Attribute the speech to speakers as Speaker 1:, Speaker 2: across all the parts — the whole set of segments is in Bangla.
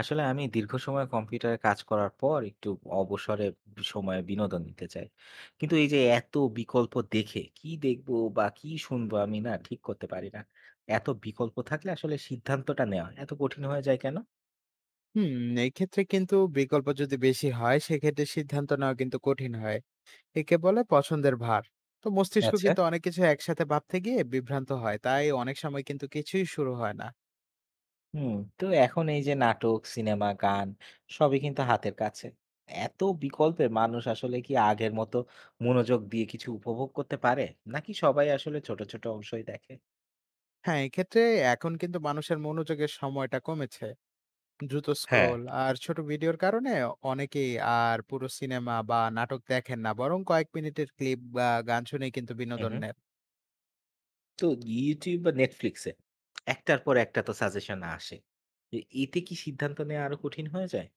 Speaker 1: আসলে আমি দীর্ঘ সময় কম্পিউটারে কাজ করার পর একটু অবসরে সময়ে বিনোদন নিতে চাই। কিন্তু এই যে এত বিকল্প দেখে কি দেখবো বা কি শুনবো আমি না ঠিক করতে পারি না। এত বিকল্প থাকলে আসলে সিদ্ধান্তটা নেওয়া এত কঠিন হয়ে যায় কেন?
Speaker 2: হুম, এই ক্ষেত্রে কিন্তু বিকল্প যদি বেশি হয় সেক্ষেত্রে সিদ্ধান্ত নেওয়া কিন্তু কঠিন হয়। একে বলে পছন্দের ভার। তো মস্তিষ্ক
Speaker 1: আচ্ছা।
Speaker 2: কিন্তু অনেক কিছু একসাথে ভাবতে গিয়ে বিভ্রান্ত হয়। তাই অনেক সময় কিন্তু কিছুই শুরু হয় না।
Speaker 1: হুম, তো এখন এই যে নাটক, সিনেমা, গান সবই কিন্তু হাতের কাছে। এত বিকল্পে মানুষ আসলে কি আগের মতো মনোযোগ দিয়ে কিছু উপভোগ করতে পারে? নাকি সবাই আসলে ছোট, ছোট অংশই দেখে?
Speaker 2: হ্যাঁ, এক্ষেত্রে এখন কিন্তু মানুষের মনোযোগের সময়টা কমেছে। দ্রুত
Speaker 1: হ্যাঁ।
Speaker 2: স্ক্রোল আর ছোট ভিডিওর কারণে অনেকেই আর পুরো সিনেমা বা নাটক দেখেন না। বরং কয়েক মিনিটের ক্লিপ বা গান শুনেই কিন্তু
Speaker 1: হুম,
Speaker 2: বিনোদন
Speaker 1: হুম।
Speaker 2: নেন।
Speaker 1: তো YouTube বা Netflix এ একটার পর একটা তো সাজেশন আসে। তো এতে কি সিদ্ধান্ত নেওয়া আরো কঠিন হয়ে যায়?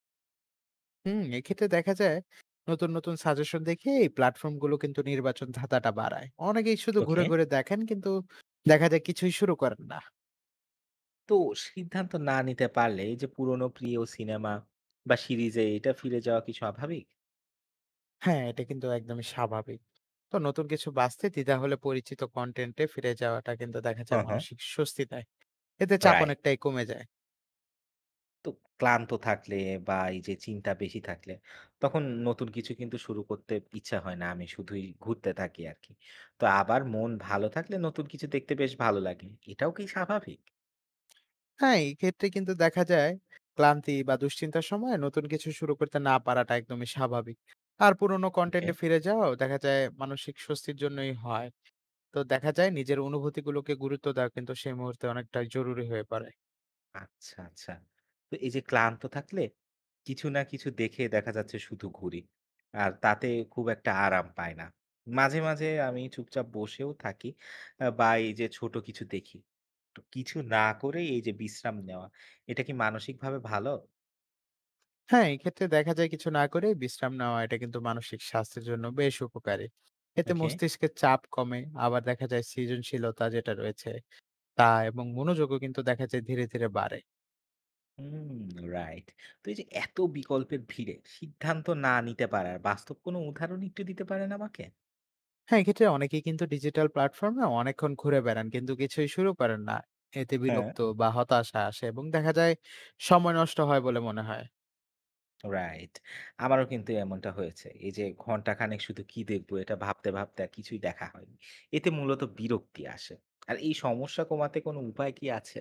Speaker 2: হুম, এক্ষেত্রে দেখা যায় নতুন, নতুন সাজেশন দেখে এই প্ল্যাটফর্মগুলো কিন্তু নির্বাচন ধাঁধাটা বাড়ায়। অনেকেই শুধু ঘুরে,
Speaker 1: ওকে।
Speaker 2: ঘুরে দেখেন কিন্তু দেখা যায় কিছুই শুরু করেন না।
Speaker 1: তো সিদ্ধান্ত না নিতে পারলে এই যে পুরনো প্রিয় সিনেমা বা সিরিজে এটা ফিরে যাওয়া কি স্বাভাবিক?
Speaker 2: হ্যাঁ, এটা কিন্তু একদমই স্বাভাবিক। তো নতুন কিছু বাছতে দ্বিধা হলে পরিচিত কনটেন্টে ফিরে যাওয়াটা কিন্তু দেখা যায়
Speaker 1: হ্যাঁ, হ্যাঁ।
Speaker 2: মানসিক স্বস্তি দেয়। এতে চাপ
Speaker 1: রাইট।
Speaker 2: অনেকটাই কমে যায়।
Speaker 1: তো ক্লান্ত থাকলে বা এই যে চিন্তা বেশি থাকলে তখন নতুন কিছু কিন্তু শুরু করতে ইচ্ছা হয় না। আমি শুধুই ঘুরতে থাকি আরকি। তো আবার মন ভালো থাকলে নতুন কিছু দেখতে বেশ ভালো লাগে। এটাও কি স্বাভাবিক?
Speaker 2: হ্যাঁ, এই ক্ষেত্রে কিন্তু দেখা যায় ক্লান্তি বা দুশ্চিন্তার সময় নতুন কিছু শুরু করতে না পারাটা একদমই স্বাভাবিক। আর পুরোনো
Speaker 1: ওকে।
Speaker 2: কনটেন্টে ফিরে যাওয়াও দেখা যায় মানসিক স্বস্তির জন্যই হয়। তো দেখা যায় নিজের অনুভূতিগুলোকে গুরুত্ব দেওয়া কিন্তু সেই মুহূর্তে অনেকটা জরুরি হয়ে পড়ে।
Speaker 1: আচ্ছা, আচ্ছা। তো এই যে ক্লান্ত থাকলে কিছু না কিছু দেখে দেখা যাচ্ছে শুধু ঘুরি। আর তাতে খুব একটা আরাম পাই না। মাঝে, মাঝে আমি চুপচাপ বসেও থাকি বা এই যে ছোট কিছু দেখি। তো কিছু না করেই এই যে বিশ্রাম নেওয়া, এটা কি মানসিকভাবে ভালো?
Speaker 2: হ্যাঁ, এই ক্ষেত্রে দেখা যায় কিছু না করে বিশ্রাম নেওয়া এটা কিন্তু মানসিক স্বাস্থ্যের জন্য বেশ উপকারী। এতে
Speaker 1: ওকে।
Speaker 2: মস্তিষ্কের চাপ কমে। আবার দেখা যায় সৃজনশীলতা যেটা রয়েছে তা এবং মনোযোগও কিন্তু দেখা যায় ধীরে ধীরে বাড়ে।
Speaker 1: হুম, রাইট। তো এই যে এত বিকল্পের ভিড়ে সিদ্ধান্ত না নিতে পারার বাস্তব কোনো উদাহরণ একটু দিতে পারেন আমাকে?
Speaker 2: হ্যাঁ, এক্ষেত্রে অনেকেই কিন্তু ডিজিটাল প্ল্যাটফর্মে অনেকক্ষণ ঘুরে বেড়ান কিন্তু কিছুই শুরু করেন না। এতে
Speaker 1: হ্যাঁ।
Speaker 2: বিরক্ত বা হতাশা আসে এবং দেখা যায় সময় নষ্ট হয় বলে মনে হয়।
Speaker 1: রাইট। আমারও কিন্তু এমনটা হয়েছে। এই যে ঘন্টাখানেক শুধু কি দেখবো এটা ভাবতে, ভাবতে আর কিছুই দেখা হয়নি। এতে মূলত বিরক্তি আসে। আর এই সমস্যা কমাতে কোনো উপায় কি আছে?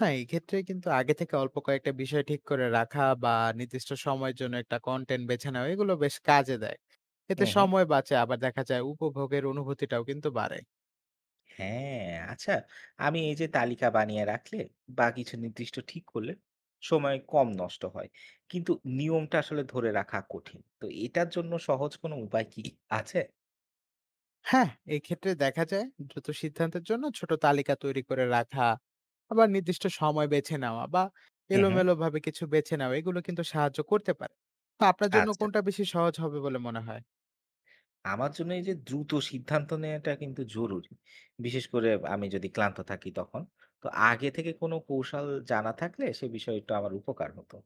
Speaker 2: না, এক্ষেত্রে কিন্তু আগে থেকে অল্প কয়েকটা বিষয় ঠিক করে রাখা বা নির্দিষ্ট সময়ের জন্য একটা কনটেন্ট বেছে নেওয়া এগুলো বেশ কাজে দেয়। এতে
Speaker 1: হুম, হুম।
Speaker 2: সময় বাঁচে আবার দেখা যায় উপভোগের অনুভূতিটাও কিন্তু বাড়ে।
Speaker 1: হ্যাঁ, আচ্ছা আমি এই যে তালিকা বানিয়ে রাখলে বা কিছু নির্দিষ্ট ঠিক করলে সময় কম নষ্ট হয়। কিন্তু নিয়মটা আসলে ধরে রাখা কঠিন। তো এটার জন্য সহজ কোনো উপায় কি আছে?
Speaker 2: হ্যাঁ, এক্ষেত্রে দেখা যায় দ্রুত সিদ্ধান্তের জন্য ছোট তালিকা তৈরি করে রাখা, আবার নির্দিষ্ট সময় বেছে নেওয়া বা
Speaker 1: হুম, হুম।
Speaker 2: এলোমেলোভাবে কিছু বেছে নেওয়া এগুলো কিন্তু সাহায্য করতে পারে। তো আপনার জন্য
Speaker 1: আচ্ছা।
Speaker 2: কোনটা বেশি সহজ হবে বলে মনে হয়?
Speaker 1: আমার জন্য এই যে দ্রুত সিদ্ধান্ত নেওয়াটা কিন্তু জরুরি। বিশেষ করে আমি যদি ক্লান্ত থাকি তখন। তো আগে থেকে কোনো কৌশল জানা থাকলে সে বিষয়টা আমার উপকার হতো।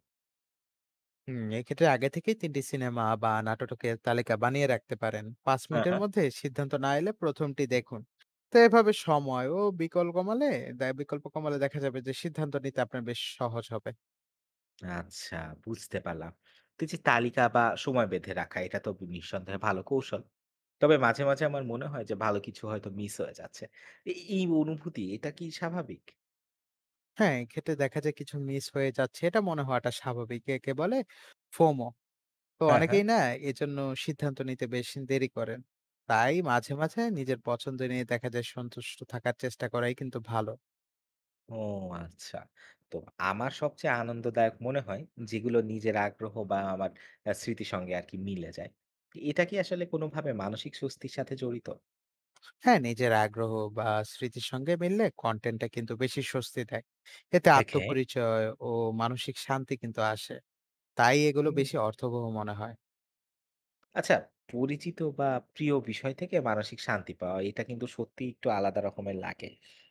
Speaker 2: হুম, এক্ষেত্রে আগে থেকেই ৩টি সিনেমা বা নাটকের তালিকা বানিয়ে রাখতে পারেন। ৫
Speaker 1: হ্যাঁ,
Speaker 2: মিনিটের
Speaker 1: হ্যাঁ।
Speaker 2: মধ্যে সিদ্ধান্ত না এলে ১ম টি দেখুন। তো এভাবে সময় ও বিকল্প কমালে দেখা যাবে যে সিদ্ধান্ত নিতে আপনার বেশ সহজ হবে।
Speaker 1: আচ্ছা, বুঝতে পারলাম। তো এই যে তালিকা বা সময় বেঁধে রাখা এটা তো নিঃসন্দেহে ভালো কৌশল। তবে মাঝে, মাঝে আমার মনে হয় যে ভালো কিছু হয়তো মিস হয়ে যাচ্ছে। এই এই অনুভূতি এটা কি স্বাভাবিক?
Speaker 2: হ্যাঁ, এক্ষেত্রে দেখা যায় কিছু মিস হয়ে যাচ্ছে এটা মনে হওয়াটা স্বাভাবিক। একে বলে ফোমো। তো
Speaker 1: হ্যাঁ, হ্যাঁ।
Speaker 2: অনেকেই না এজন্য সিদ্ধান্ত নিতে বেশ দেরি করেন। তাই মাঝে, মাঝে নিজের পছন্দ নিয়ে দেখা যায় সন্তুষ্ট থাকার চেষ্টা করাই কিন্তু ভালো।
Speaker 1: ও আচ্ছা। তো আমার সবচেয়ে আনন্দদায়ক মনে হয় যেগুলো নিজের আগ্রহ বা আমার স্মৃতির সঙ্গে আরকি মিলে যায়। এটা কি আসলে কোনোভাবে মানসিক স্বস্তির সাথে জড়িত?
Speaker 2: হ্যাঁ, নিজের আগ্রহ বা স্মৃতির সঙ্গে মিললে কনটেন্টটা কিন্তু বেশি স্বস্তি দেয়। এতে
Speaker 1: ওকে।
Speaker 2: আত্মপরিচয় ও মানসিক শান্তি কিন্তু আসে। তাই এগুলো
Speaker 1: হুম।
Speaker 2: বেশি অর্থবহ মনে হয়।
Speaker 1: আচ্ছা পরিচিত বা প্রিয় বিষয় থেকে মানসিক শান্তি পাওয়া এটা কিন্তু সত্যিই একটু আলাদা রকমের লাগে।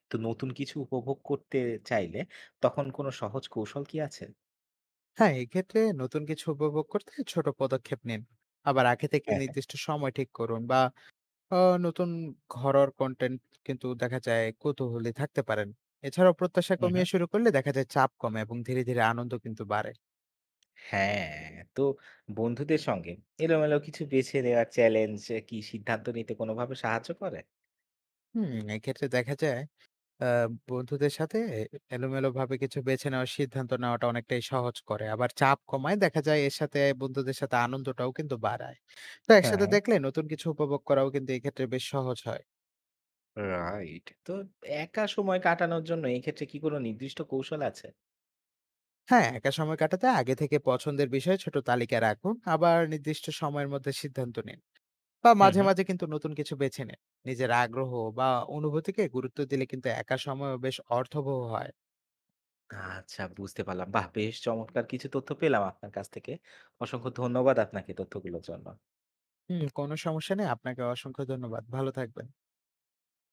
Speaker 1: তো নতুন কিছু উপভোগ করতে চাইলে তখন কোনো সহজ কৌশল কি আছে?
Speaker 2: হ্যাঁ, এক্ষেত্রে নতুন কিছু উপভোগ করতে ছোট পদক্ষেপ নিন। আবার আগে থেকে
Speaker 1: হ্যাঁ, হ্যাঁ।
Speaker 2: নির্দিষ্ট সময় ঠিক করুন বা আ নতুন ঘরোর কনটেন্ট কিন্তু দেখা যায় কৌতূহলী থাকতে পারেন। এছাড়াও প্রত্যাশা
Speaker 1: হু, হু।
Speaker 2: কমিয়ে শুরু করলে দেখা যায় চাপ কমে এবং ধীরে, ধীরে আনন্দ কিন্তু বাড়ে।
Speaker 1: হ্যাঁ, তো বন্ধুদের সঙ্গে এলোমেলো কিছু বেছে নেওয়ার চ্যালেঞ্জ কি সিদ্ধান্ত নিতে কোনোভাবে সাহায্য করে?
Speaker 2: হুম, এক্ষেত্রে দেখা যায় আ বন্ধুদের সাথে এলোমেলোভাবে কিছু বেছে নেওয়ার সিদ্ধান্ত নেওয়াটা অনেকটাই সহজ করে। আবার চাপ কমায়। দেখা যায় এর সাথে বন্ধুদের সাথে আনন্দটাও কিন্তু বাড়ায়। তো
Speaker 1: হ্যাঁ,
Speaker 2: একসাথে
Speaker 1: হ্যাঁ।
Speaker 2: দেখলে নতুন কিছু উপভোগ করাও কিন্তু এক্ষেত্রে বেশ সহজ হয়।
Speaker 1: রাইট। তো একা সময় কাটানোর জন্য এই ক্ষেত্রে কি কোনো নির্দিষ্ট কৌশল আছে?
Speaker 2: হ্যাঁ, একা সময় কাটাতে আগে থেকে পছন্দের বিষয়ে ছোট তালিকা রাখুন। আবার নির্দিষ্ট সময়ের মধ্যে সিদ্ধান্ত নিন। বা
Speaker 1: হুম,
Speaker 2: মাঝে,
Speaker 1: হুম।
Speaker 2: মাঝে কিন্তু নতুন কিছু বেছে নিন। নিজের আগ্রহ বা অনুভূতিকে গুরুত্ব দিলে কিন্তু একা সময়ও বেশ অর্থবহ হয়।
Speaker 1: আচ্ছা বুঝতে পারলাম। বাহ! বেশ চমৎকার কিছু তথ্য পেলাম আপনার কাছ থেকে। অসংখ্য ধন্যবাদ আপনাকে তথ্যগুলোর জন্য।
Speaker 2: হুম, কোনো সমস্যা নেই। আপনাকে অসংখ্য ধন্যবাদ। ভালো থাকবেন।